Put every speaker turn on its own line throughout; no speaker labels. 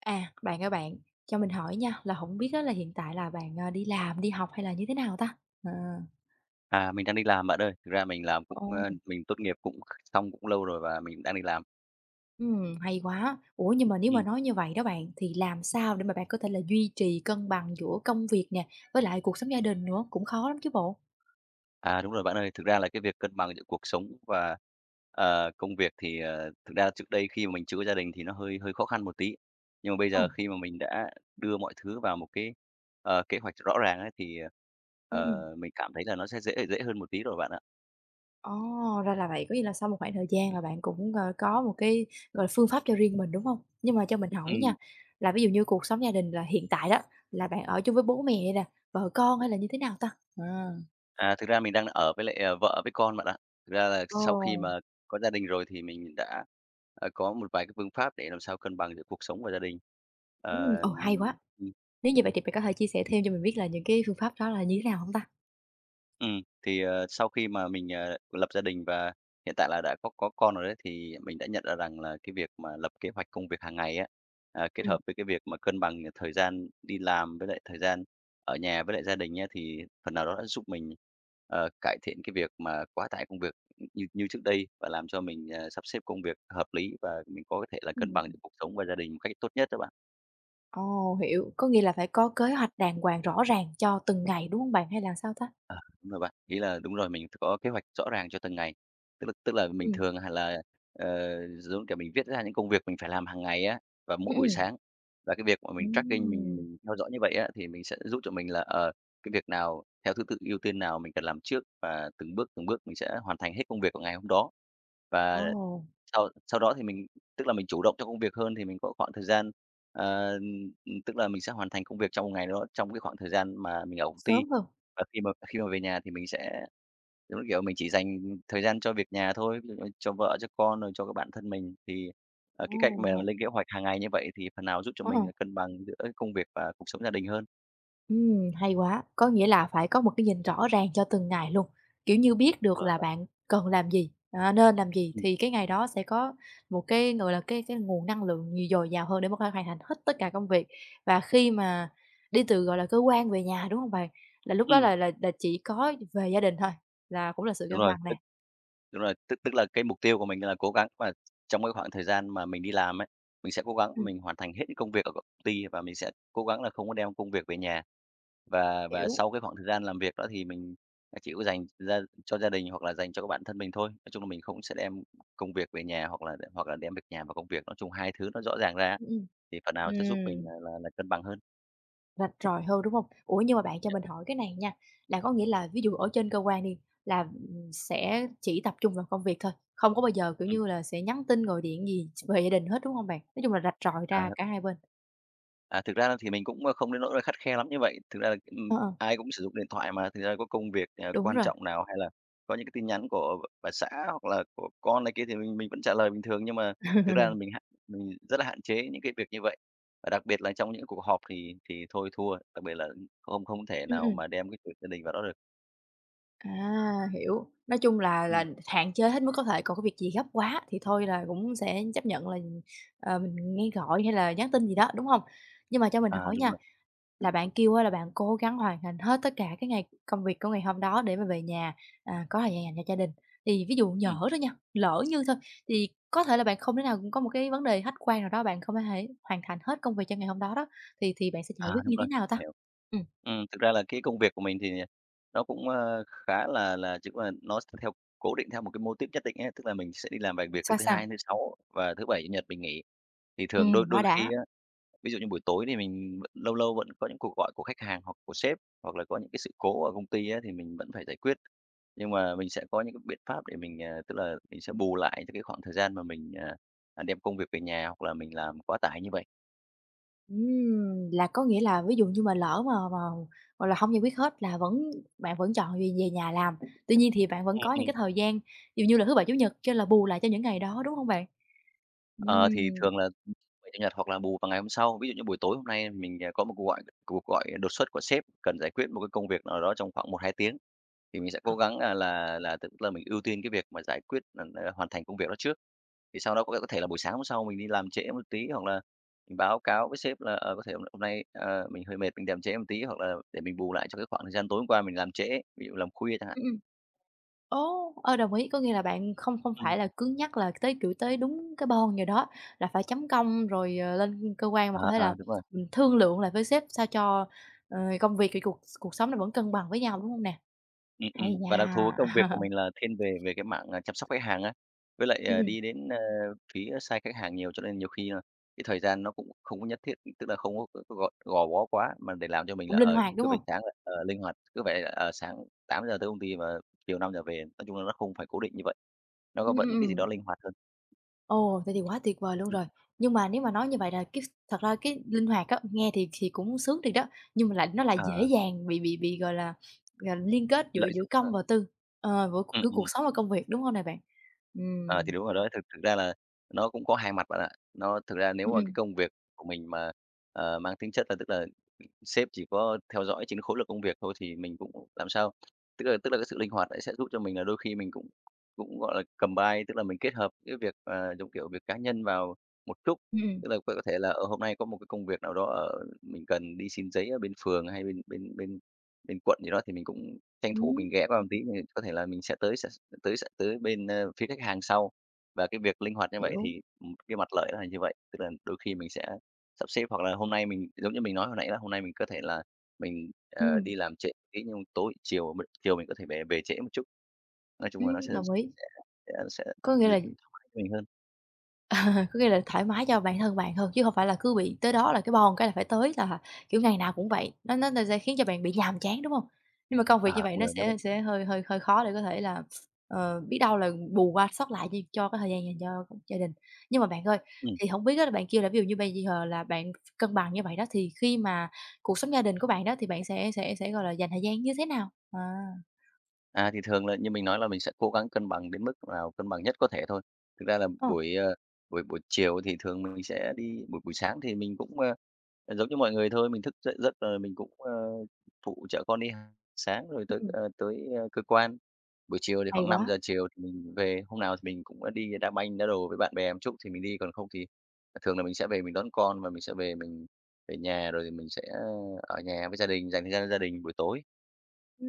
À, bạn ơi, cho mình hỏi nha, là không biết á là hiện tại là bạn, đi làm, đi học hay là như thế nào ta? À,
À, mình đang đi làm bạn ơi. Thực ra mình làm cũng,
ồ,
ơ, mình tốt nghiệp cũng xong cũng lâu rồi và mình đang đi làm.
hay quá. Ủa, nhưng mà nếu mà
Ừm,
nói như vậy đó bạn, thì làm sao để mà bạn có thể là duy trì cân bằng giữa công việc nè, với lại cuộc sống gia đình nữa, cũng khó lắm chứ bộ?
à, đúng rồi bạn ơi, thực ra là cái việc cân bằng giữa cuộc sống và công việc thì thực ra trước đây khi mà mình chưa có gia đình thì nó hơi hơi khó khăn một tí. Nhưng mà bây giờ
Ồ,
khi mà mình đã đưa mọi thứ vào một cái kế hoạch rõ ràng ấy thì,
ừm.
ờ, mình cảm thấy là nó sẽ dễ dễ hơn một tí rồi bạn ạ.
Ồ, ra là vậy, có nghĩa là sau một khoảng thời gian là bạn cũng, có một cái, gọi là, phương pháp cho riêng mình, đúng không? Nhưng mà cho mình hỏi nha,
Ừm.
là ví dụ như cuộc sống gia đình là hiện tại đó, là bạn ở chung với bố mẹ nè, vợ con hay là như thế nào ta? À.
À, thực ra mình đang ở với lại vợ với con bạn ạ. Thực ra là
Ồ.
sau khi mà có gia đình rồi thì mình đã có một vài cái phương pháp để làm sao cân bằng giữa cuộc sống và gia đình.
Ừm,
Ờ.
ồ, hay quá! Nếu như vậy thì bạn có thể chia sẻ thêm cho mình biết là những cái phương pháp đó là như thế nào hông ta?
Ừm, sau khi mà mình lập gia đình và hiện tại là đã có con rồi đấy, thì mình đã nhận ra rằng là cái việc mà lập kế hoạch công việc hàng ngày á, kết
Ừm.
hợp với cái việc mà cân bằng thời gian đi làm với lại thời gian ở nhà với lại gia đình nhé thì phần nào đó đã giúp mình cải thiện cái việc mà quá tải công việc như như trước đây và làm cho mình sắp xếp công việc hợp lý và mình có thể là cân bằng được
Ừm.
cuộc sống và gia đình một cách tốt nhất đó bạn.
Ồ, hiểu, có nghĩa là phải có kế hoạch đàng hoàng rõ ràng cho từng ngày, đúng hông bạn? Hay là sao ta?
À, đúng rồi bạn. Ý là đúng rồi, mình có kế hoạch rõ ràng cho từng ngày. Tức là mình
Ừm.
thường hay là, giống kiểu, mình viết ra những công việc mình phải làm hàng ngày á, và mỗi
Ừm,
buổi
ừm.
sáng. Và cái việc mà mình tracking, mình
Ừm,
mình theo dõi như vậy á, thì mình sẽ giúp cho mình là, cái việc nào theo thứ tự ưu tiên nào mình cần làm trước và từng bước mình sẽ hoàn thành hết công việc của ngày hôm đó.
ồ,
Và sau sau đó thì mình tức là mình chủ động trong công việc hơn thì mình có khoảng thời gian, ờ Tức là mình sẽ hoàn thành công việc trong một ngày đó, trong cái khoảng thời gian mà mình ở công ty.
sớm hơn.
Và khi mà về nhà thì mình sẽ, giống như kiểu, mình chỉ dành thời gian cho việc nhà thôi, ví dụ như cho vợ, cho con, rồi cho các bạn thân mình. Thì, cái cách mà
Ồ,
lên kế hoạch hàng ngày như vậy thì phần nào giúp cho
ờ.
mình là cân bằng giữa công việc và cuộc sống gia đình hơn.
Hay quá, có nghĩa là phải có một cái nhìn rõ ràng cho từng ngày luôn, kiểu như, biết được
Đúng rồi
là
bạn.
bạn cần làm gì, nên làm gì
Ừm,
thì cái ngày đó sẽ có một cái, gọi là, cái nguồn năng lượng nhiều dồi dào hơn để mà có thể hoàn thành hết tất cả công việc. Và khi mà đi từ, gọi là, cơ quan về nhà, đúng không bạn? Là lúc đó
ừm,
là chỉ có về gia đình thôi, là cũng là sự
đúng
cân
rồi.
bằng nè.
Đúng rồi, tức tức là cái mục tiêu của mình là cố gắng mà trong cái khoảng thời gian mà mình đi làm ấy, mình sẽ cố gắng
Ừm,
mình hoàn thành hết cái công việc ở công ty và mình sẽ cố gắng là không có đem công việc về nhà. Và
hiểu.
sau cái khoảng thời gian làm việc đó thì mình chỉ có dành ra cho gia đình hoặc là dành cho các bản thân mình thôi. Nói chung là mình không sẽ đem công việc về nhà hoặc là đem việc nhà và công việc, nói chung hai thứ nó rõ ràng ra
Ừm.
thì phần nào sẽ giúp mình là cân bằng hơn.
Rạch ròi hơn, đúng hông? Ủa, nhưng mà bạn cho
Dạ,
mình hỏi cái này nha, là có nghĩa là ví dụ ở trên cơ quan đi, là, sẽ chỉ tập trung vào công việc thôi, không có bao giờ, kiểu
ừm,
như là, sẽ nhắn tin, gọi điện gì về gia đình hết, đúng không bạn? Nói chung là rạch ròi
à.
ra cả hai bên.
À, thực ra thì mình cũng, không đến nỗi là khắt khe lắm như vậy. Thực ra là,
Ờ,
ai cũng sử dụng điện thoại mà, thực ra có công việc,
đúng
quan
rồi.
trọng nào hay là có những cái tin nhắn của bà xã hoặc là của con này kia thì mình vẫn trả lời bình thường. Nhưng mà thực ra là mình hạn mình rất là hạn chế những cái việc như vậy. Và đặc biệt là trong những cuộc họp thì thôi thua, đặc biệt là không không thể
Ừm,
nào
ừm.
mà đem cái chuyện gia đình vào đó được.
À, hiểu. Nói chung là
Ừm.
hạn chế hết mức có thể, còn cái việc gì gấp quá thì thôi là cũng sẽ chấp nhận là, mình nghe gọi hay là nhắn tin gì đó, đúng không? Nhưng mà cho mình
À,
hỏi
đúng
nha,
rồi.
là bạn kêu á là bạn cố gắng hoàn thành hết tất cả cái ngày công việc của ngày hôm đó để mà về nhà, có thời gian dành cho gia đình. Thì ví dụ nhỡ
Ừm,
thôi nha, lỡ như thôi, thì có thể là bạn không thể nào cũng có một cái vấn đề khách quan nào đó, bạn không thể hoàn thành hết công việc cho ngày hôm đó đó, thì bạn sẽ giải
à,
quyết
đúng
như thế
rồi.
nào ta? Ừm,
Thực ra là cái công việc của mình thì nó cũng, khá là chứ mà nó theo cố định theo một cái mô típ nhất định ấy, tức là mình sẽ đi làm vài việc từ
sao,
thứ
sao?
Hai đến thứ Sáu và thứ Bảy, Chủ nhật mình nghỉ. Thì thường đôi đôi
Quá
khi
đã.
á, ví dụ như buổi tối thì mình vẫn lâu lâu vẫn có những cuộc gọi của khách hàng hoặc của sếp, hoặc là có những cái sự cố ở công ty á thì mình vẫn phải giải quyết. Nhưng mà mình sẽ có những cái biện pháp để mình, tức là mình sẽ bù lại cho cái khoảng thời gian mà mình, đem công việc về nhà hoặc là mình làm quá tải như vậy.
Là có nghĩa là ví dụ như mà lỡ mà, gọi là, không giải quyết hết là vẫn bạn vẫn chọn về về nhà làm, tuy nhiên thì bạn vẫn có những
Ừm,
cái thời gian, ví dụ như là thứ Bảy, Chủ nhật cho là bù lại cho những ngày đó, đúng không bạn?
Ờ, thì
Ừm.
thường là bảy Chủ nhật hoặc là bù vào ngày hôm sau. Ví dụ như buổi tối hôm nay mình, à, có một cuộc gọi đột xuất của sếp cần giải quyết một cái công việc nào đó trong khoảng 1-2 tiếng, thì mình sẽ
Ờ,
cố gắng, là tức là mình ưu tiên cái việc mà giải quyết, hoàn thành công việc đó trước. Thì sau đó có thể là buổi sáng hôm sau mình đi làm trễ một tí hoặc là mình báo cáo với sếp là, có thể hôm hôm nay, mình hơi mệt, mình làm trễ một tí hoặc là để mình bù lại cho cái khoảng thời gian tối hôm qua mình làm trễ, ví dụ làm khuya chẳng hạn.
ừm. Ồ, đồng ý, có nghĩa là bạn không không
Ừm.
phải là cứng nhắc là tới, kiểu, tới đúng cái bon giờ đó là phải chấm công rồi, lên cơ quan mà có
Ờ,
thể là,
ờ, đúng rồi.
thương lượng lại với sếp sao cho, công việc, cái cuộc cuộc sống nó vẫn cân bằng với nhau, đúng không nè? Hay
Và đặc
nha!
thù công việc của mình là thiên về về cái mảng, chăm sóc khách hàng á, với lại,
Ừm,
ờ,
ừm,
đi đến, phía side khách hàng nhiều, cho nên nhiều khi là cái thời gian nó cũng không có nhất thiết, tức là không có gò gò bó quá, mà để làm cho mình
cũng
là,
linh
ờ,
hoạt, đúng
cứ phải
không?
sáng là, linh hoạt, cứ phải, sáng 8 giờ tới công ty và chiều 5 giờ về. Nói chung là nó không phải cố định như vậy, nó có
Ừm,
vẫn
ừm,
cái gì đó
ừm.
linh hoạt hơn.
Ồ, thế thì quá tuyệt vời luôn
Ừm,
rồi. Nhưng mà nếu mà nói như vậy là cái thật ra cái linh hoạt á, nghe thì cũng sướng thiệt đó, nhưng mà lại nó lại
ờ,
dễ dàng bị, gọi là, liên kết giữa
lợi
giữa
dụng
công
hơn.
và tư, giữa
Ừm,
giữa
ừm,
cuộc sống và công việc, đúng không nè bạn?
ờ, thì
Ừm,
đúng rồi đó, thực thực ra là nó cũng có hai mặt bạn ạ. Nó thực ra nếu
ừm,
mà cái
ừm,
công việc của mình mà, mang tính chất là tức là sếp chỉ có theo dõi chính khối lượng công việc thôi thì mình cũng làm sao tức là cái sự linh hoạt ấy sẽ giúp cho mình là đôi khi mình cũng cũng, gọi là, combine, tức là mình kết hợp cái việc, giống kiểu, việc cá nhân vào một chút.
ừm,
Tức là có thể là, ở hôm nay có một cái công việc nào đó ở mình cần đi xin giấy ở bên phường hay bên bên bên bên quận gì đó thì mình cũng tranh thủ
ừm,
mình ghé qua một tí, thì có thể là mình sẽ tới bên, phía khách hàng sau. Và cái việc linh hoạt như vậy
hiểu,
thì, cái mặt lợi là như vậy, tức là đôi khi mình sẽ sắp xếp hoặc là hôm nay mình giống như mình nói hồi nãy là hôm nay mình có thể là mình,
ừm,
đi làm trễ tí nhưng tối chiều mình có thể về về trễ một chút. Nói chung là nó
đồng ý.
sẽ sẽ
Có nghĩa
th
là
mình hơn.
Có nghĩa là thoải mái cho bản thân bạn hơn, chứ không phải là cứ bị tới đó là cái bon cái là phải tới là, kiểu, ngày nào cũng vậy, nó sẽ khiến cho bạn bị nhàm chán, đúng không? Nhưng mà công việc như
À
vậy
đúng
nó
rồi, nếu mà
sẽ hơi hơi hơi khó để có thể là, biết đâu là bù qua sót lại cho cái thời gian dành cho gia đình. Nhưng mà bạn ơi,
ừ.
thì không biết á là bạn kêu là ví dụ như bây giờ là bạn cân bằng như vậy đó, thì khi mà cuộc sống gia đình của bạn đó thì bạn sẽ, gọi là, dành thời gian như thế nào? À,
À, thì thường là như mình nói là mình sẽ cố gắng cân bằng đến mức nào cân bằng nhất có thể thôi. Thực ra là
ờ,
buổi buổi chiều thì thường mình sẽ đi buổi buổi sáng thì mình cũng, giống như mọi người thôi, mình thức dậy rất rồi mình cũng, phụ trợ con đi h sáng rồi tới,
ừm,
ờ, tới, cơ quan. Buổi chiều thì
hay
khoảng năm
quá,
giờ chiều thì mình về, hôm nào thì mình cũng, đi đá banh, đá đồ với bạn bè một chút thì mình đi, còn không thì thường là mình sẽ về mình đón con và mình sẽ về mình nhà rồi thì mình sẽ ờ, ở nhà với gia đình, dành thời gian cho gia đình buổi tối.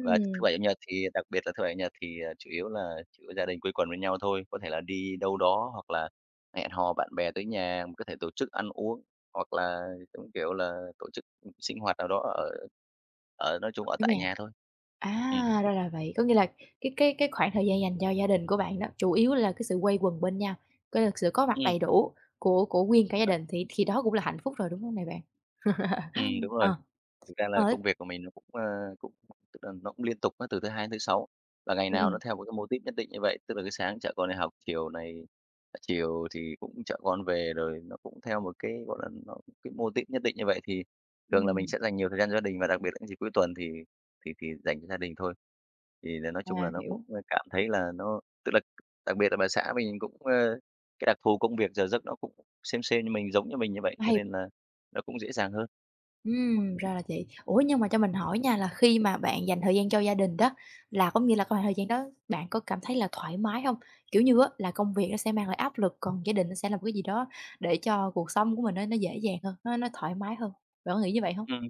Và thứ Bảy, Chủ nhật thì đặc biệt là thứ Bảy, Chủ nhật thì, chủ yếu gia đình quây quần với nhau thôi, có thể là đi đâu đó hoặc là hẹn hò bạn bè tới nhà, có thể tổ chức ăn uống, hoặc là, giống kiểu là, tổ chức, sinh hoạt nào đó ở ở nói
ở
chung ở tại
nhà.
nhà thôi. Ừ.
À, ra là vậy. Có nghĩa là cái khoảng thời gian dành cho gia đình của bạn đó, chủ yếu là cái sự quây quần bên nhau, cái là sự có mặt
Ừm,
đầy đủ của nguyên cả
đúng
gia
rồi.
đình thì đó cũng là hạnh phúc rồi, đúng không này bạn?
Đúng rồi.
Ờ,
Thực ra là
ờ,
công việc của mình nó cũng tức là nó cũng liên tục á, từ thứ Hai đến thứ Sáu và ngày nào
ừm,
nó theo một cái mô típ nhất định như vậy. Tức là cái sáng chở con đi học, chiều thì cũng chở con về, rồi nó cũng theo một cái, gọi là, cái mô típ nhất định như vậy thì thường là
ừm,
mình
ừm,
sẽ dành nhiều thời gian cho gia đình và đặc biệt là những dịp cuối tuần thì dành cho gia đình thôi. Thì là nói chung
à,
là nó
hiểu,
cảm thấy là tức là đặc biệt là bà xã mình cũng, cái đặc thù công việc giờ giấc nó cũng xem như mình, giống như mình như vậy, cho
hay
nên là nó cũng dễ dàng hơn.
ra là vậy. Ủa, nhưng mà cho mình hỏi nha là khi mà bạn dành thời gian cho gia đình đó, là có nghĩa là khoảng thời gian đó bạn có cảm thấy là thoải mái không? Kiểu như á, là công việc nó sẽ mang lại áp lực, còn gia đình nó sẽ là một cái gì đó để cho cuộc sống của mình nó dễ dàng hơn, nó thoải mái hơn. Bạn có nghĩ như vậy không?
Ừm.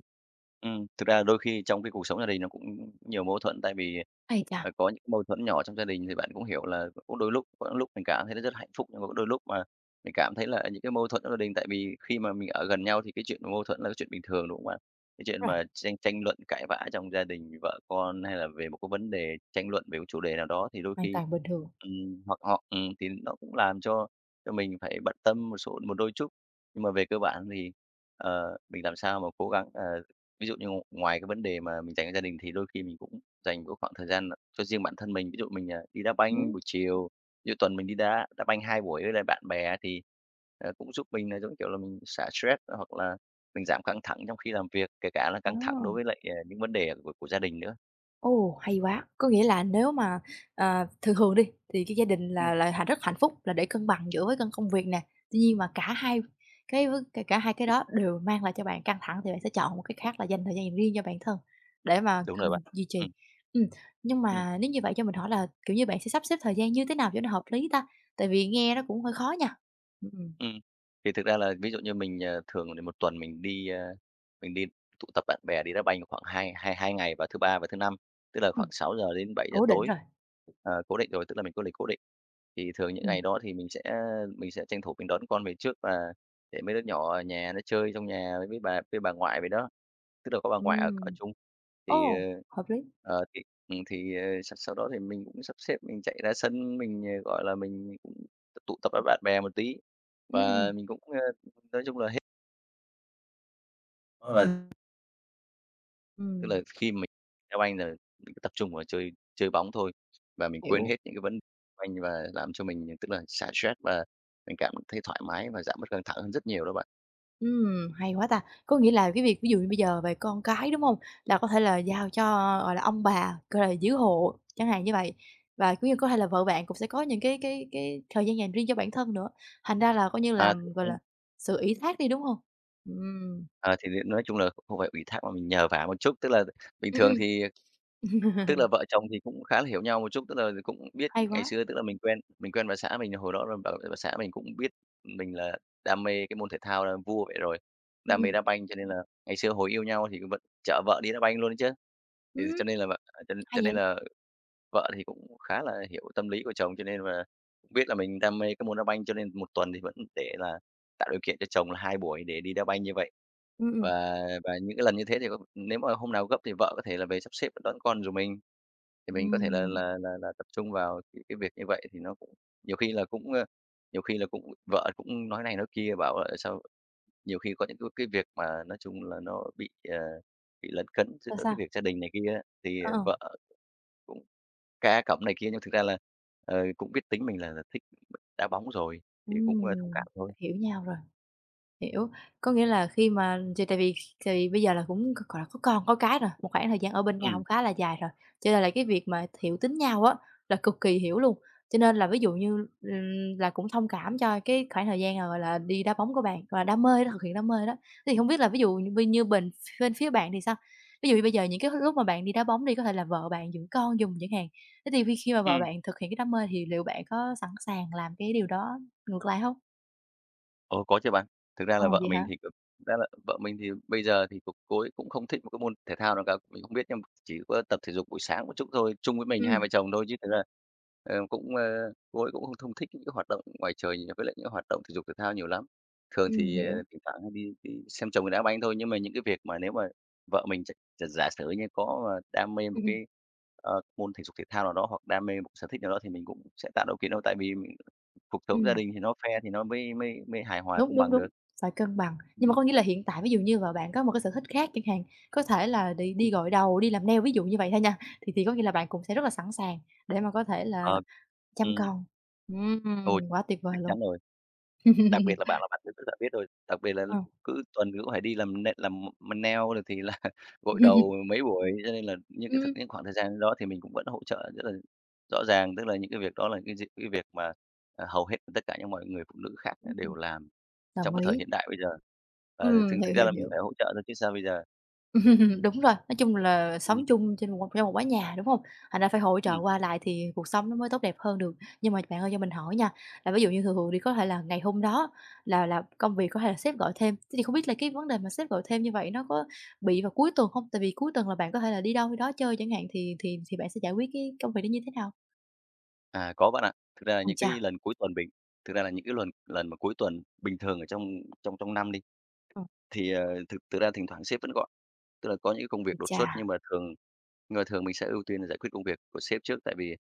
Thực ra đôi khi trong cái cuộc sống gia đình nó cũng nhiều mâu thuẫn, tại vì,
Ây chà!
có những mâu thuẫn nhỏ trong gia đình thì bạn cũng hiểu là cũng đôi lúc có những lúc mình cảm thấy nó rất hạnh phúc, nhưng mà có đôi lúc mà mình cảm thấy là những cái mâu thuẫn trong gia đình. Tại vì khi mà mình ở gần nhau thì cái chuyện mâu thuẫn là cái chuyện bình thường, đúng không ạ? Cái chuyện
Rồi,
mà tranh tranh luận cãi vã trong gia đình, vợ con hay là về một cái vấn đề, tranh luận về một chủ đề nào đó thì đôi
hoàn
khi
toàn bình thường.
hoặc họ thì nó cũng làm cho mình phải bận tâm một đôi chút. Nhưng mà về cơ bản thì, mình làm sao mà cố gắng. Ờ Ví dụ như ngoài cái vấn đề mà mình dành cho gia đình thì đôi khi mình cũng dành một khoảng thời gian cho riêng bản thân mình. Ví dụ mình, đi đá
Ừm.
banh buổi chiều, ví dụ tuần mình đi đá đá banh 2 buổi với lại bạn bè thì, cũng giúp mình là, giống kiểu là, mình xả stress hoặc là mình giảm căng thẳng trong khi làm việc, kể cả là
Ờ,
căng thẳng đối với lại, những vấn đề của gia đình nữa.
ồ, hay quá! Có nghĩa là nếu mà, thường thường đi, thì cái gia đình
Ừm.
là hạnh rất hạnh phúc là để cân bằng giữa với cân công việc nè, tuy nhiên mà cả hai cái v cả cả hai cái đó đều mang lại cho bạn căng thẳng thì bạn sẽ chọn một cái khác là dành thời gian riêng cho bản thân để mà
Đúng rồi bạn.
cân duy trì. Ừm, nhưng
Ừm.
mà nếu như vậy cho mình hỏi là, kiểu như, bạn sẽ sắp xếp thời gian như thế nào cho nó hợp lý ta? Tại vì nghe nó cũng hơi khó nha. Ừm,
Ừm, thì thực ra là ví dụ như mình, thường thì 1 tuần mình đi tụ tập bạn bè đi đá banh khoảng hai hai hai ngày vào thứ Ba và thứ Năm, tức là
ừm,
khoảng 6 giờ đến 7 giờ
cố định
tối,
rồi.
cố định rồi, tức là mình có lịch cố định. Thì thường những
Ừm,
ngày đó thì mình sẽ tranh thủ mình đón con về trước và để mấy đứa nhỏ ở nhà nó chơi trong nhà với bà ngoại vậy đó, tức là có bà ngoại ở ở
ừm,
chung. Thì, ờ,
ồ, hợp lý.
ờ, thì, thì sau sau đó thì mình cũng sắp xếp mình chạy ra sân mình, gọi là, mình cũng tụ tập với bạn bè một tí
Ừm.
và mình cũng, nói chung là hết. Ờ. Tức là
Ừm,
khi mình theo anh là mình cứ tập trung vào chơi chơi bóng thôi và mình quên
hiểu.
hết những cái vấn đề của anh và làm cho mình, tức là, xả stress và mình cảm thấy thoải mái và giảm bớt căng thẳng hơn rất nhiều đó bạn.
Hay quá ta! Có nghĩa là cái việc ví dụ như bây giờ về con cái, đúng hông? Là có thể là giao cho, gọi là, ông bà, gọi là, giữ hộ chẳng hạn như vậy. Và cũng như có thể là vợ bạn cũng sẽ có những cái thời gian dành riêng cho bản thân nữa, thành ra là coi như là,
À, thì,
gọi là, sự ủy thác đi, đúng hông? Ừm,
à, thì nói chung là không phải ủy thác mà mình nhờ vả một chút, tức là bình thường
ừm,
thì.
ừm.
Tức là vợ chồng thì cũng khá là hiểu nhau một chút, tức là cũng biết
Hay
ngày
quá.
xưa tức là mình quen bà xã mình hồi đó là bà xã mình cũng biết mình là đam mê cái môn thể thao là vua vậy rồi,
Ừm,
đam mê
ừm.
đá banh cho nên là ngày xưa hồi yêu nhau thì vẫn chở vợ đi đá banh luôn đấy chứ. Thì
Ừm,
cho nên là cho cho
hay
nên
vậy!
là Vợ thì cũng khá là hiểu tâm lý của chồng, cho nên là cũng biết là mình đam mê cái môn đá banh, cho nên một tuần thì vẫn để là tạo điều kiện cho chồng là 2 buổi để đi đá banh như vậy.
Ừm.
Và và những cái lần như thế thì có nếu mà hôm nào gấp thì vợ có thể là về sắp xếp đón con rồi mình, thì mình có thể là
Ừm,
là là là tập trung vào cái việc như vậy thì nó cũng nhiều khi là cũng, ơ, nhiều khi là cũng vợ cũng nói này nói kia, bảo là sao nhiều khi có những cái việc mà nói chung là nó bị, bị lấn cấn
sao,
giữa cái
sao?
việc gia đình này kia thì
Ờ.
vợ cũng cái cá cẩm này kia, nhưng thực ra là, cũng biết tính mình là thích đá bóng rồi, thì cũng, thông
Ừm,
cảm thôi.
hiểu nhau rồi. Hiểu, có nghĩa là khi mà thì tại vì bây giờ là cũng, c gọi là, có con có cái rồi, một khoảng thời gian ở bên nhau
Ừm.
cũng khá là dài rồi, cho nên là cái việc mà hiểu tính nhau á, là cực kỳ hiểu luôn. Cho nên là ví dụ như, là cũng thông cảm cho cái khoảng thời gian, gọi là, đi đá bóng của bạn, gọi là, đam mê đó, thực hiện đam mê đó. Thế thì không biết là ví dụ như bên như bền bên phía bạn thì sao? Ví dụ như bây giờ những cái lúc mà bạn đi đá bóng đi, có thể là vợ bạn dưỡng con dùng chẳng hạn, thế thì khi khi mà vợ
Ừm.
bạn thực hiện cái đam mê thì liệu bạn có sẵn sàng làm cái điều đó ngược lại không?
Ồ, có chứ bạn. Thực ra
Ờ,
là vợ
vậy
mình
hả?
thì cực ra là vợ mình thì bây giờ thì cũng cô ấy cũng không thích một cái môn thể thao nào cả, mình không biết nhưng mà chỉ có tập thể dục buổi sáng một chút thôi, chung với mình hai
Ừm.
vợ chồng thôi chứ thực ra, cũng, cô ấy cũng không không thích những cái hoạt động ngoài trời nhiều với lại những hoạt động thể dục thể thao nhiều lắm. Thường thì,
Hiểu.
thỉnh thoảng hay đi đi xem chồng đá banh thôi, nhưng mà những cái việc mà nếu mà vợ mình giả giả giả sử như có, đam mê một
Ừm, ừm,
cái, môn thể dục thể thao nào đó hoặc đam mê một sở thích nào đó thì mình cũng sẽ tạo điều kiện thôi. Tại vì mình. Cuộc sống gia
ừm,
đình thì nó fair thì nó mới mới mới hài hòa
đúng,
cân
đúng,
bằng
đúng,
được.
phải cân bằng. Nhưng mà
Ừm.
có nghĩa là hiện tại ví dụ như vợ bạn có một cái sở thích khác chẳng hạn, có thể là đi đi
Ừm.
gội đầu, đi làm nail ví dụ như vậy thôi nha, thì có nghĩa là bạn cũng sẽ rất là sẵn sàng để mà có thể là
Ờ,
chăm
ừm,
con.
Ôi,
Ừm, quá tuyệt
chắc
vời luôn.
chắn rồi, đặc biệt là bạn là bạn rất rất là biết rồi, đặc biệt là
Ờ.
cứ tuần cứ phải đi làm nail rồi thì là gội đầu
Ừm,
mấy buổi, cho nên là những cái thực những khoảng thời gian đó thì mình cũng vẫn hỗ trợ rất là rõ ràng. Tức là những cái việc đó là cái việc mà, hầu hết tất cả những mọi người phụ nữ khác đều
ừm,
làm trong
đồng
cái thời
ý.
hiện đại bây giờ. Ờ, thực thực
Hiểu,
ra
hiểu,
là mình
hiểu.
phải hỗ trợ thôi chứ sao bây giờ.
Đúng rồi, nói chung là
Ừm,
sống chung trên một mái nhà, đúng không? Thành ra phải hỗ trợ
ừm.
qua lại thì cuộc sống nó mới tốt đẹp hơn được. Nhưng mà bạn ơi cho mình hỏi nha, là ví dụ như thường thường đi có thể là ngày hôm đó là công việc có thể là sếp gọi thêm, thế thì không biết là cái vấn đề mà sếp gọi thêm như vậy nó có bị vào cuối tuần không? Tại vì cuối tuần là bạn có thể là đi đâu đi đó chơi chẳng hạn thì bạn sẽ giải quyết cái công việc đó như thế nào?
À, có bạn ạ. Thực ra là
Ôi
những
chà!
cái lần cuối tuần bình thực ra là những cái lần lần mà cuối tuần bình thường ở trong trong trong năm đi,
Ừm.
thì, ờ, thực thực ra thỉnh thoảng sếp vẫn gọi. Tức là có những công
Ôi
việc đột xuất
chà!
nhưng mà thường mình sẽ ưu tiên là giải quyết công việc của sếp trước, tại vì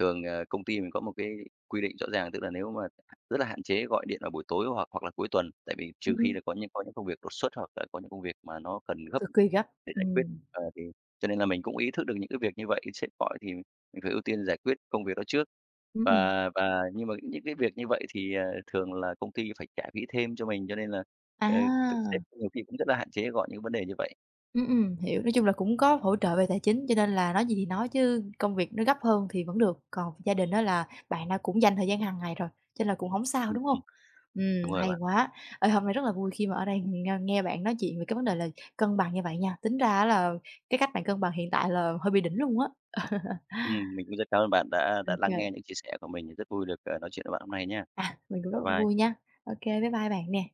thường, công ty mình có một cái quy định rõ ràng, tức là nếu mà rất là hạn chế gọi điện vào buổi tối hoặc hoặc là cuối tuần, tại vì trừ khi
Ừm,
là có những công việc đột xuất hoặc là có những công việc mà nó cần gấp
cực kỳ gấp.
để giải quyết.
Ừm.
Thì cho nên là mình cũng ý thức được những cái việc như vậy, sếp gọi thì mình phải ưu tiên giải quyết công việc đó trước.
Ừm.
Và nhưng mà những cái việc như vậy thì, thường là công ty phải trả phí thêm cho mình, cho nên là, ờ,
À!
sếp nhiều khi cũng rất là hạn chế gọi những vấn đề như vậy.
Hiểu. Nói chung là cũng có hỗ trợ về tài chính, cho nên là nói gì thì nói chứ công việc nó gấp hơn thì vẫn được, còn gia đình đó là bạn đã cũng dành thời gian hàng ngày rồi, cho nên là cũng không sao,
Ừm.
đúng không?
Đúng rồi
Hay
bạn.
quá. Ê, hôm nay rất là vui khi mà ở đây nghe nghe bạn nói chuyện về cái vấn đề là cân bằng như vậy nha. Tính ra là cái cách bạn cân bằng hiện tại là hơi bị đỉnh luôn á.
Mình cũng rất cảm ơn bạn đã lắng
Ô
nghe những chia sẻ của mình, rất vui được, nói chuyện với bạn hôm nay nhá.
à, mình cũng rất
Bye
là
bye.
vui nha. Ok kê, bye bye bạn nè.